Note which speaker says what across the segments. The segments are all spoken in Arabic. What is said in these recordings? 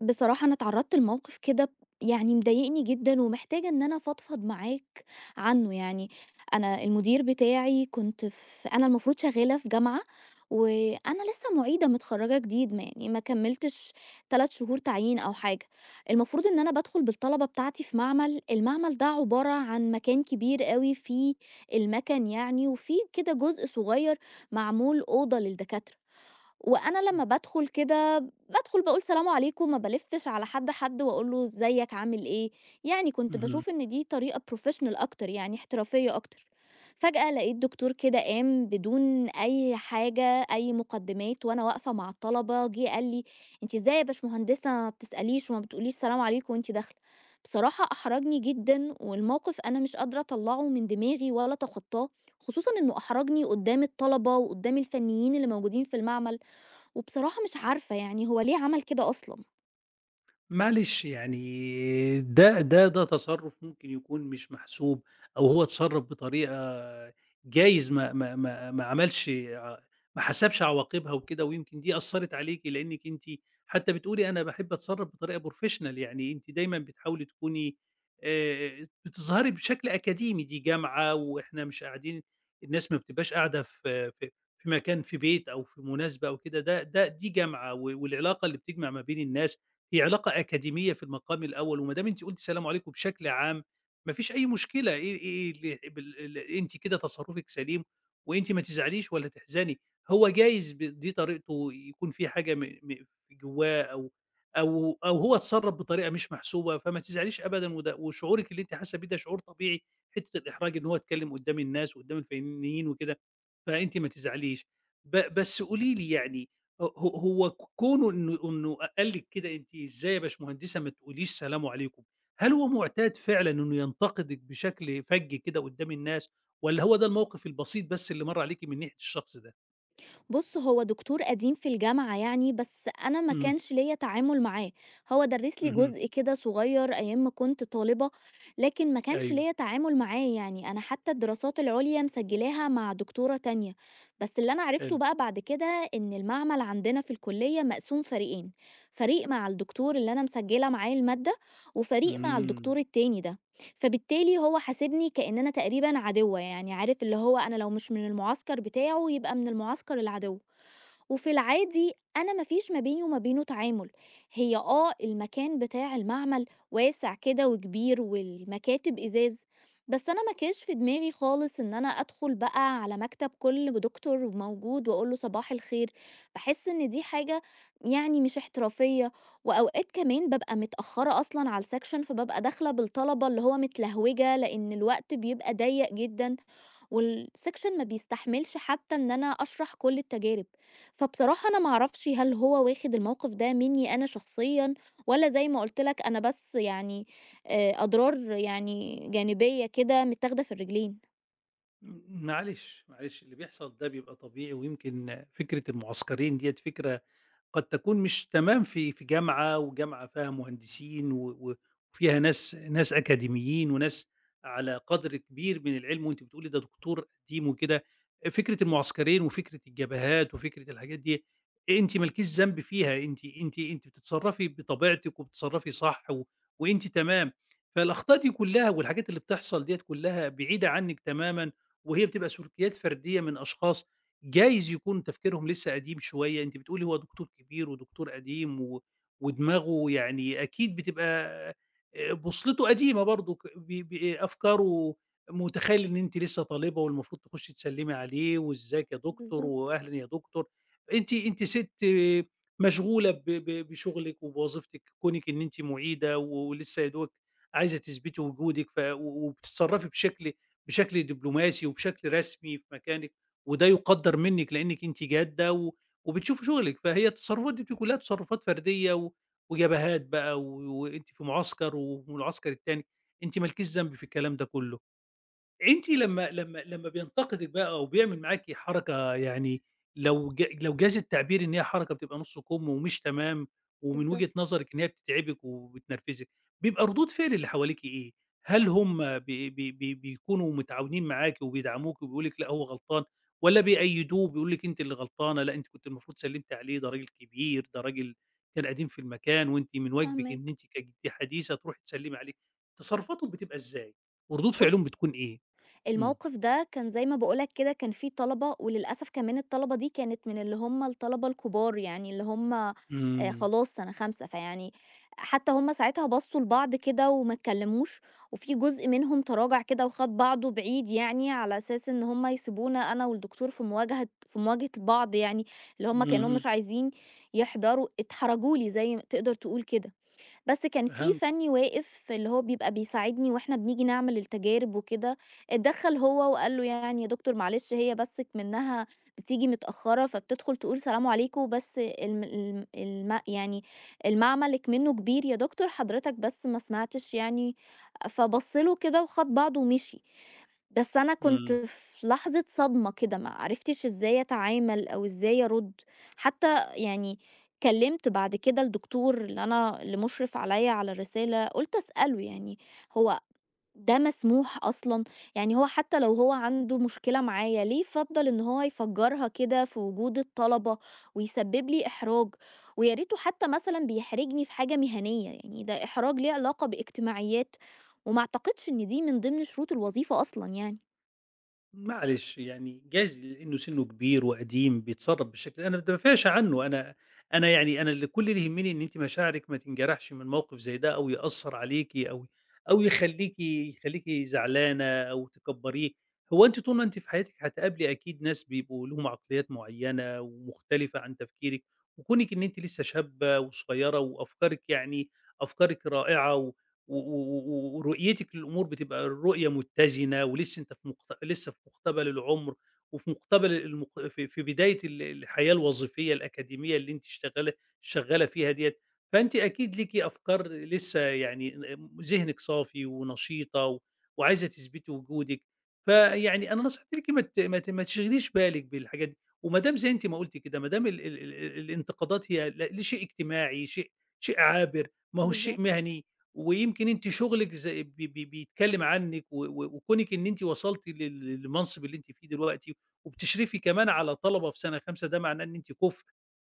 Speaker 1: بصراحة أنا اتعرضت لموقف كده يعني مضايقني جدًا ومحتاجة إن أنا أفضفض معاك عنه يعني، أنا المدير بتاعي كنت ف أنا المفروض شغّالة في جامعة، وأنا لسه معيدة متخرّجة جديد ما كمّلتش 3 شهور تعيين أو حاجة، المفروض إن أنا بادخل بالطلبة بتاعتي في معمل، المعمل ده عبارة عن مكان كبير أوي فيه المَكَن يعني وفيه كده جزء صغيّر معمول أوضة للدكاترة. وأنا
Speaker 2: إمم،
Speaker 1: لمّا بادخل كده بادخل باقول سلام عليكم، ما بالِفِّش على حد حد وأقول له إزيك، عامل إيه، يعني كنت
Speaker 2: اهم.
Speaker 1: باشوف إن دي طريقة professional أكتر يعني احترافية أكتر. فجأة لقيت دكتور كده قام بدون أي حاجة، أي مقدمات وأنا واقفة مع الطلبة، جه قال لي: "أنتِ إزاي يا باشمهندسة ما بتسأليش وما بتقوليش سلام عليكم وأنتِ داخلة؟" بصراحة أحرجني جدًا، والموقف أنا مش قادرة أطلّعه من دماغي ولا أتخطاه، خصوصًا إنه أحرجني قدّام الطلبة وقدّام الفنيين اللي موجودين في المعمل. وبصراحة مش عارفة يعني هو ليه عمل كده أصلا.
Speaker 2: معلش يعني ده تصرُّف ممكن يكون مش محسوب، أو هو اتصرّف بطريقة جايز ما ما ما ما عملش ع ما حسبش عواقبها وكده، ويمكن دي أثّرت عليكِ لإنِّك أنتِ حتّى بتقولي أنا باحب أتصرّف بطريقة professional، يعني أنتِ دايمًا بتحاولي تكوني بتظهري بشكل أكاديمي، دي جامعة وإحنا مش قاعدين. الناس ما بتبقاش قاعدة في في مكان، في بيت أو في مناسبة أو كده، ده دي جامعة، والعلاقة اللي بتجمع ما بين الناس هي علاقة أكاديمية في المقام الأول، وما دام أنتِ قُلتِ السلام عليكم بشكل عام، ما فيش أي مشكلة، إيه إيه إيه اللي بال ال أنتِ كده تصرُّفِك سليم، وأنتِ ما تزعليش ولا تحزني. هو جايز دي طريقته، يكون في حاجة م م في جوّاه، أو هو اتصرّف بطريقة مش محسوبة، فما تزعليش أبدًا. وده وشعورِك اللي أنتِ حاسة بيه ده شعور طبيعي، حتّة الإحراج إن هو يتكلّم قدّام الناس وقدّام الفنيين وكده، فأنتِ ما تزعليش. بس قولي لي يعني هو هو هو ك كونه إنه قال لِك كده أنتِ إزاي يا باشمهندسة ما تقوليش سلام عليكم، هل هو معتاد فعلًا إنه ينتقدِك بشكل فَج كده قدّام الناس، والّا هو ده الموقف البسيط بس اللي مَر عليكِ من ناحية الشخص ده؟
Speaker 1: بُص، هو دكتور قديم في الجامعة يعني بس أنا ما
Speaker 2: إمم،
Speaker 1: كانش ليّا تعامل معاه، هو درّس لي
Speaker 2: اهم،
Speaker 1: جزء كده صغير أيام ما كنت طالبة، لكن ما كانش
Speaker 2: أيوه،
Speaker 1: ليّا تعامل معاه يعني أنا حتى الدراسات العُليا مسجلاها مع دكتورة تانية، بس اللي أنا عرفته
Speaker 2: حلو،
Speaker 1: بقى بعد كده إن المعمل عندنا في الكلية مقسوم فريقين، فريق مع الدكتور اللي أنا مسجلة معاه المادة، وفريق مع
Speaker 2: إمم.
Speaker 1: الدكتور التاني ده. فبالتالي هو حاسبني كأن أنا تقريبًا عدوّة، يعني عارف اللي هو أنا لو مش من المعسكر بتاعه يبقى من المعسكر العدو. وفي العادي أنا ما فيش ما بيني وما بينه تعامل، هي آه المكان بتاع المعمل واسع كده وكبير والمكاتب إزاز، بس أنا ما كانش في دماغي خالص إن أنا أدخل بقى على مكتب كل دكتور موجود وأقول له صباح الخير، بحس إن دي حاجة يعني مش احترافية، وأوقات كمان ببقى متأخرة أصلا على السكشن فببقى داخلة بالطلبة اللي هو متلهوجة لأن الوقت بيبقى ضيق جدا، والsection ما بيستحملش حتى إن أنا أشرح كل التجارب، فبصراحة أنا ما أعرفش هل هو واخد الموقف ده منّي أنا شخصيًا والّا زي ما قُلت لك أنا بس يعني أضرار يعني جانبية كده متاخدة في الرجلين.
Speaker 2: م معلش، معلش، اللي بيحصل ده بيبقى طبيعي، ويمكن فكرة المعسكرين ديّة فكرة قد تكون مش تمام في جامعة، وجامعة فيها مهندسين و و وفيها ناس أكاديميين وناس على قدر كبير من العلم، وأنتِ بتقولي ده دكتور قديم وكده. فكرة المعسكرين وفكرة الجبهات وفكرة الحاجات دي أنتِ ما لكيش ذنب فيها، أنتِ بتتصرّفي بطبيعتِك وبتتصرّفي صح، وأنتِ تمام. فالأخطاء دي كلّها والحاجات اللي بتحصل ديّة كلّها بعيدة عنِّك تمامًا، وهي بتبقى سلوكيات فردية من أشخاص جايز يكون تفكيرهم لسه قديم شوية. أنتِ بتقولي هو دكتور كبير ودكتور قديم، ودماغه يعني أكيد بتبقى بوصلته قديمة برضه، ك ب ب أفكاره متخيل إن أنتِ لسه طالبة والمفروض تخشي تسلمي عليه وإزيك يا دكتور
Speaker 1: بالضبط،
Speaker 2: وأهلًا يا دكتور. أنتِ ست مشغولة ب ب بشغلِك وبوظيفتِك، كونِك إن أنتِ معيدة ولسه يا دوبك عايزة تثبتي وجودِك، ف و وبتتصرفي بشكل دبلوماسي وبشكل رسمي في مكانِك، وده يُقدّر منِّك لإنِّك أنتِ جادة وبتشوفي شغلِك. فهي التصرفات دي بتبقى كلّها تصرفات فردية وجبهات بقى، وأنتِ في معسكر وفي المعسكر التاني، أنتِ ما لكيش ذنب في الكلام ده كلّه. أنتِ لمّا بينتقدِك بقى أو بيعمل معاكِ حركة، يعني لو جاز التعبير إن هي حركة بتبقى نُص كُم ومش تمام، ومن وجهة
Speaker 1: بالضبط،
Speaker 2: نظرِك إن هي بتتعبِك وبتنرفزِك، بيبقى ردود فعل اللي حواليكِ إيه؟ هل هم بي بي بي بيكونوا متعاونين معاكِ وبيدعموكِ وبيقولوا لِك لأ هو غلطان، والّا بيأيّدوه وبيقولوا لِك أنتِ اللي غلطانة، لأ أنتِ كنتِ المفروض سلِّمتِ عليه ده راجل كبير، ده راجل كان قديم في المكان وأنتِ من واجبِك إن
Speaker 1: فاهماك.
Speaker 2: أنتِ كجدة حديثة تروحي تسلِّمي عليه. تصرفاتهم بتبقى إزاي؟ وردود فعلهم
Speaker 1: بُص،
Speaker 2: بتكون إيه؟ إمم،
Speaker 1: الموقف ده كان زي ما باقول لك كده كان في طلبة وللأسف كمان الطلبة دي كانت من اللي هم الطلبة الكبار، يعني اللي هم
Speaker 2: إمم،
Speaker 1: خلاص سَنة خامسة، فيعني حتى هم ساعتها بصّوا لبعض كده وما اتكلموش، وفي جزء منهم تراجع كده وخد بعضه بعيد يعني على أساس إن هم يسيبونا أنا والدكتور في مواجهة بعض يعني، اللي هم كأنهم
Speaker 2: اهم،
Speaker 1: مش عايزين يحضروا اتحرجوا لي زي ما تقدر تقول كده. بس كان في
Speaker 2: فهمتِك،
Speaker 1: فني واقف اللي هو بيبقى بيساعدني وإحنا بنيجي نعمل التجارب وكده، اتدخّل هو وقال له: "يعني يا دكتور معلش هي بس إكمنّها بتيجي متأخّرة فبتدخل تقول سلام عليكم بس المعمل إكمنّه كبير يا دكتور حضرتك بس ما سمعتش يعني." فبَص له كده وخَد بعضه ومشي. بس أنا كنت
Speaker 2: إمم.
Speaker 1: في لحظة صدمة كده، ما عرفتش إزاي أتعامل أو إزاي أرُدّ، حتى يعني كلّمت بعد كده الدكتور اللي مُشرف عليّا على الرسالة، قُلت أسأله يعني هو ده مسموح أصلًا؟ يعني هو حتى لو هو عنده مشكلة معايا، ليه فضّل إن هو يفجّرها كده في وجود الطلبة ويسبب لي إحراج؟ ويا ريته حتى مثلًا بيحرجني في حاجة مهنية، يعني ده إحراج ليه علاقة باجتماعيات، وما أعتقدش إن دي من ضمن شروط الوظيفة أصلًا يعني.
Speaker 2: معلش يعني جايز لإنه سنّه كبير وقديم بيتصرّف بالشكل ده، أنا ما باتلافاش عنّه. أنا يعني أنا اللي كل اللي يهمني إن أنتِ مشاعرِك ما تنجرحش من موقف زي ده، أو يأثّر عليكِ، أو أو يخلّيكِ زعلانة أو تكبّريه. هو أنتِ طول ما أنتِ في حياتِك هتقابلي أكيد ناس بيبقوا ليهم عقليات معيّنة ومختلفة عن تفكيرِك، وكونِك إن أنتِ لسّه شابة وصغيّرة وأفكارِك أفكارِك رائعة، و و و و ورؤيتِك للأمور بتبقى الرؤية متزنة، ولسه أنت في مقت لسه في مقتبل العُمر، وفي مقتبل المق في في بداية الحياة الوظيفية الأكاديمية اللي أنتِ شغّالة فيها ديّة. فأنتِ أكيد ليكِ أفكار لسه، يعني ذهنِك صافي ونشيطة وعايزة تثبتي وجودِك. فيعني أنا نصيحتي ليكِ ما تشغليش بالِك بالحاجات دي، وما دام زي أنتِ ما قُلتِ كده، ما دام ال ال ال الانتقادات هي لشيء اجتماعي، شيء عابر، ما هوش شيء
Speaker 1: بالضبط،
Speaker 2: مهني. ويمكن أنتِ شغلِك ز بي بي بيتكلم عنِّك، و و وكونِك إن أنتِ وصلتِ للمنصب اللي أنتِ فيه دلوقتي، وبتشرفي كمان على طلبة في سنة خامسة، ده معناه إن أنتِ كُفء.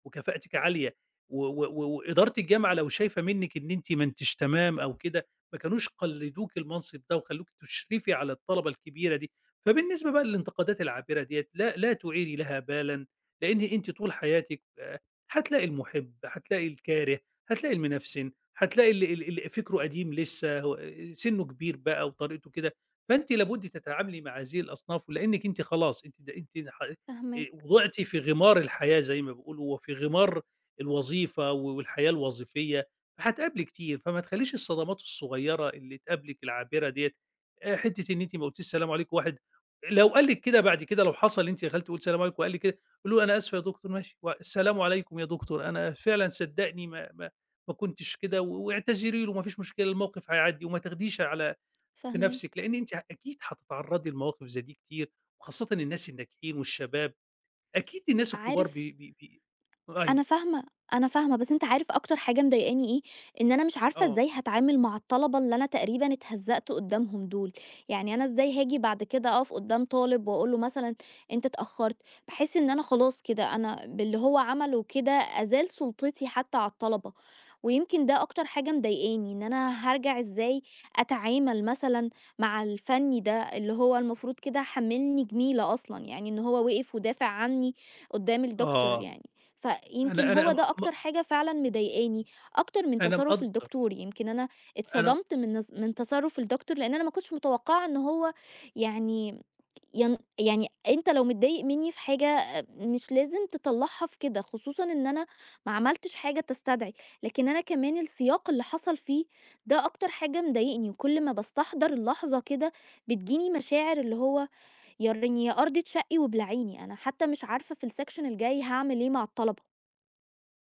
Speaker 2: وكفاءتِك عالية، و و و وإدارة الجامعة لو شايفة منِّك إن أنتِ ما أنتيش تمام أو كده، ما كانوش قلّدوكِ المنصب ده وخلّوكِ تشرفي على الطلبة الكبيرة دي. فبالنسبة بقى للانتقادات العابرة ديّة لا تُعيري لها بالًا، لإن أنتِ طول حياتِك هتلاقي المُحِب، هتلاقي الكاره، هتلاقي المِنَفسِن، هتلاقي ال ال اللي فكره قديم لسّه هو سِنُّه كبير بقى وطريقته كده، فأنتِ لابد تتعاملي مع هذه الأصناف، ولإنِّك أنتِ خلاص أنتِ د أنتِ ح
Speaker 1: فاهماك،
Speaker 2: وضعتِ في غمار الحياة زي ما بيقولوا، وفي غمار الوظيفة والحياة الوظيفية، فهتقابلي كتير، فما تخلّيش الصدمات الصغيرة اللي تقابلِك العابرة ديّة، حتّة إن أنتِ ما قُلتيش السلام عليكم واحد لو قال لِك كده بعد كده، لو حصل أنتِ دخلتِ قُلتِ السلام عليكم وقال لِك كده، قولي له: "أنا آسفة يا دكتور." ماشي، و "السلام عليكم يا دكتور، أنا فعلًا صدّقني ما كنتش كده." واعتذري له، ما فيش مشكلة، الموقف هيعدّي وما تاخديش على في
Speaker 1: فاهماك.
Speaker 2: نَفْسِك، لإن أنتِ أكيد هتتعرّضي لمواقف زي دي كتير، وخاصةً الناس الناجحين والشباب. أكيد الناس الكبار
Speaker 1: عارف،
Speaker 2: بي بي بي أيوه،
Speaker 1: أنا فاهمة، أنا فاهمة، بس أنت عارف أكتر حاجة مضايقاني إيه؟ إن أنا مش عارفة
Speaker 2: آه،
Speaker 1: إزاي هاتعامل مع الطلبة اللي أنا تقريبًا اتهزّقت قدّامهم دول، يعني أنا إزاي هاجي بعد كده أقف قدّام طالب وأقول له مثلًا أنت اتأخرت، باحس إن أنا خلاص كده أنا باللي هو عمله كده أزال سُلطتي حتى على الطلبة، ويمكن ده أكتر حاجة مضايقاني، إن أنا هارجع إزاي أتعامل مثلًا مع الفني ده اللي هو المفروض كده حمّلني جميلة أصلًا، يعني إن هو وقف ودافع عني قدّام الدكتور
Speaker 2: آه،
Speaker 1: يعني. فيمكن
Speaker 2: أنا أنا
Speaker 1: هو
Speaker 2: م
Speaker 1: ده
Speaker 2: م
Speaker 1: أكتر حاجة فعلًا مضايقاني، أكتر من
Speaker 2: أنا
Speaker 1: تصرُّف
Speaker 2: مقدّر،
Speaker 1: الدكتور، يمكن أنا
Speaker 2: أنا
Speaker 1: اتصدمت من من تصرُّف الدكتور، لإن أنا ما كنتش متوقعة إن هو يعني ين يعني أنت لو متضايق منّي في حاجة آه، مش لازم تطلّعها في كده، خصوصًا إن أنا ما عملتش حاجة تستدعي، لكن أنا كمان السياق اللي حصل فيه ده أكتر حاجة مضايقني، وكل ما باستحضر اللحظة كده بتجيني مشاعر اللي هو يارّيتني يا أرض اتشقي وابلعيني، أنا حتى مش عارفة في السكشن الجاي هاعمل إيه مع الطلبة.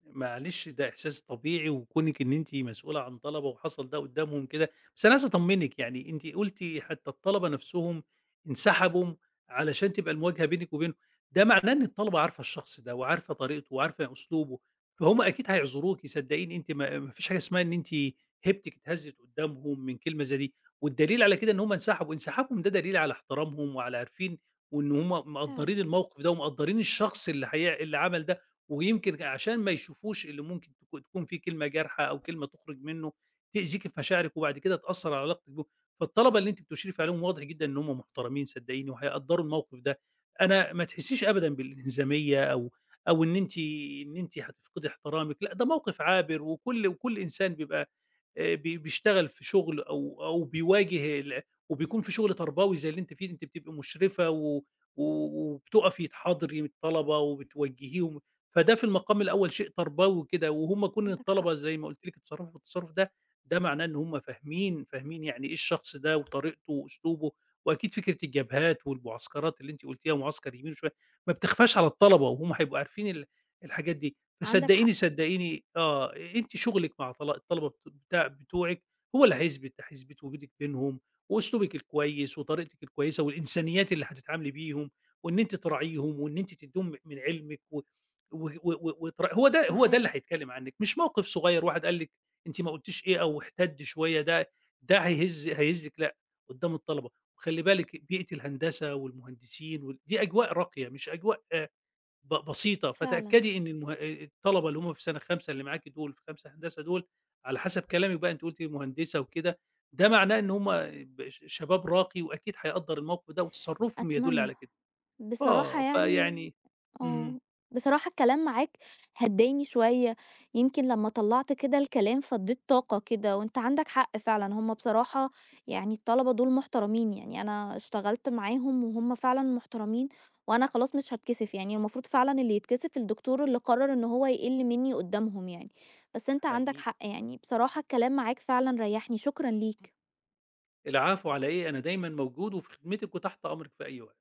Speaker 2: معلش ده إحساس طبيعي، وكونِك إن أنتِ مسؤولة عن طلبة وحصل ده قدّامهم كده، بس أنا عايز أطمنِك، يعني أنتِ قلتِ حتى الطلبة نفسهم انسحبوا علشان تبقى المواجهة بينِك وبينهم، ده معناه إن الطلبة عارفة الشخص ده وعارفة طريقته وعارفة أسلوبه، فهُم أكيد هيعذروكِ صدقيني. أنتِ ما ما فيش حاجة اسمها إن أنتِ هيبتِك اتهزِّت قدّامهم من كلمة زي دي، والدليل على كده إن هُم انسحبوا، انسحابهم ده دليل على احترامهم وعلى عارفين وإن هُم
Speaker 1: فعلًا،
Speaker 2: مقدّرين الموقف ده ومقدّرين الشخص اللي هي اللي عمل ده، ويمكن عشان ما يشوفوش اللي ممكن تكون فيه كلمة جارحة أو كلمة تُخرِج منّه تأذيكِ في مشاعرِك وبعد كده تأثّر على علاقتِك بيهم. فالطلبة اللي أنتِ بتشرفي عليهم واضح جدًا إن هم محترمين صدّقيني وهيقدّروا الموقف ده. أنا ما تحسّيش أبدًا بالإنهزامية، أو أو إن أنتِ هتفقدي احترامِك، لأ ده موقف عابر، وكل إنسان بيبقى بي بيشتغل في شغل أو بيواجه وبيكون في شغل تربوي زي اللي أنتِ فيه، أنتِ بتبقي مشرفة و و وبتُقفي تحاضري الطلبة وبتوجّهيهم، فده في المقام الأول شيء تربوي وكده، وهُم كون
Speaker 1: عندك حق،
Speaker 2: الطلبة زي ما قُلت لِك اتصرّفوا بالتصرُّف ده، ده معناه إن هُم فاهمين يعني إيه الشخص ده وطريقته وأسلوبه، وأكيد فكرة الجبهات والمعسكرات اللي أنتِ قُلتيها، معسكر يمين وشمال، ما بتخفاش على الطلبة وهُم هيبقوا عارفين الحاجات دي.
Speaker 1: عندك حق،
Speaker 2: فصدقيني، صدقيني آه، أنتِ شغلِك مع الطلبة بت بتاع هو اللي هيثبت وجودِك بينهم، وأسلوبِك الكويس وطريقتِك الكويسة والإنسانيات اللي هتتعاملي بيهم، وإن أنتِ تراعيهم وإن أنتِ تدّيهم من علمِك و و و و وترا هو ده اللي
Speaker 1: هاحاول
Speaker 2: هيتكلم عنِك، مش موقف صغير واحد قال لِك أنتِ ما قُلتيش إيه أو احتَد شوية ده ده هيهزِك لأ، قدّام الطلبة. وخلّي بالِك بيئة الهندسة والمهندسين دي أجواء راقية مش أجواء آه، بسيطة،
Speaker 1: فعلًا،
Speaker 2: فتأكدي إن المه الطلبة اللي هُم في سنة خامسة اللي معاكِ دول، في خامسة هندسة دول، على حسب كلامِك بقى أنتِ قُلتِ مهندسة وكده، ده معناه إن هُم ب ش شباب راقي وأكيد هيقدّر الموقف ده وتصرُّفهم يدُل
Speaker 1: أتمنى.
Speaker 2: على كده.
Speaker 1: بصراحة
Speaker 2: آه،
Speaker 1: يعني
Speaker 2: فيعني إمم،
Speaker 1: آه، بصراحة الكلام معاك هدّاني شوية، يمكن لمّا طلّعت كده الكلام فضّيت طاقة كده، وأنت عندك حق فعلًا، هم بصراحة يعني الطلبة دول محترمين، يعني أنا اشتغلت معاهم وهم فعلًا محترمين، وأنا خلاص مش هاتكسف، يعني المفروض فعلًا اللي يتكسف الدكتور اللي قرر إن هو يقِل مني قدّامهم يعني، بس أنت عندك
Speaker 2: حقيقي.
Speaker 1: حق يعني، بصراحة الكلام معاك فعلًا ريّحني، شكرًا ليك.
Speaker 2: العفو على إيه، أنا دايمًا موجود وفي خدمتِك وتحت أمرِك في أي وقت.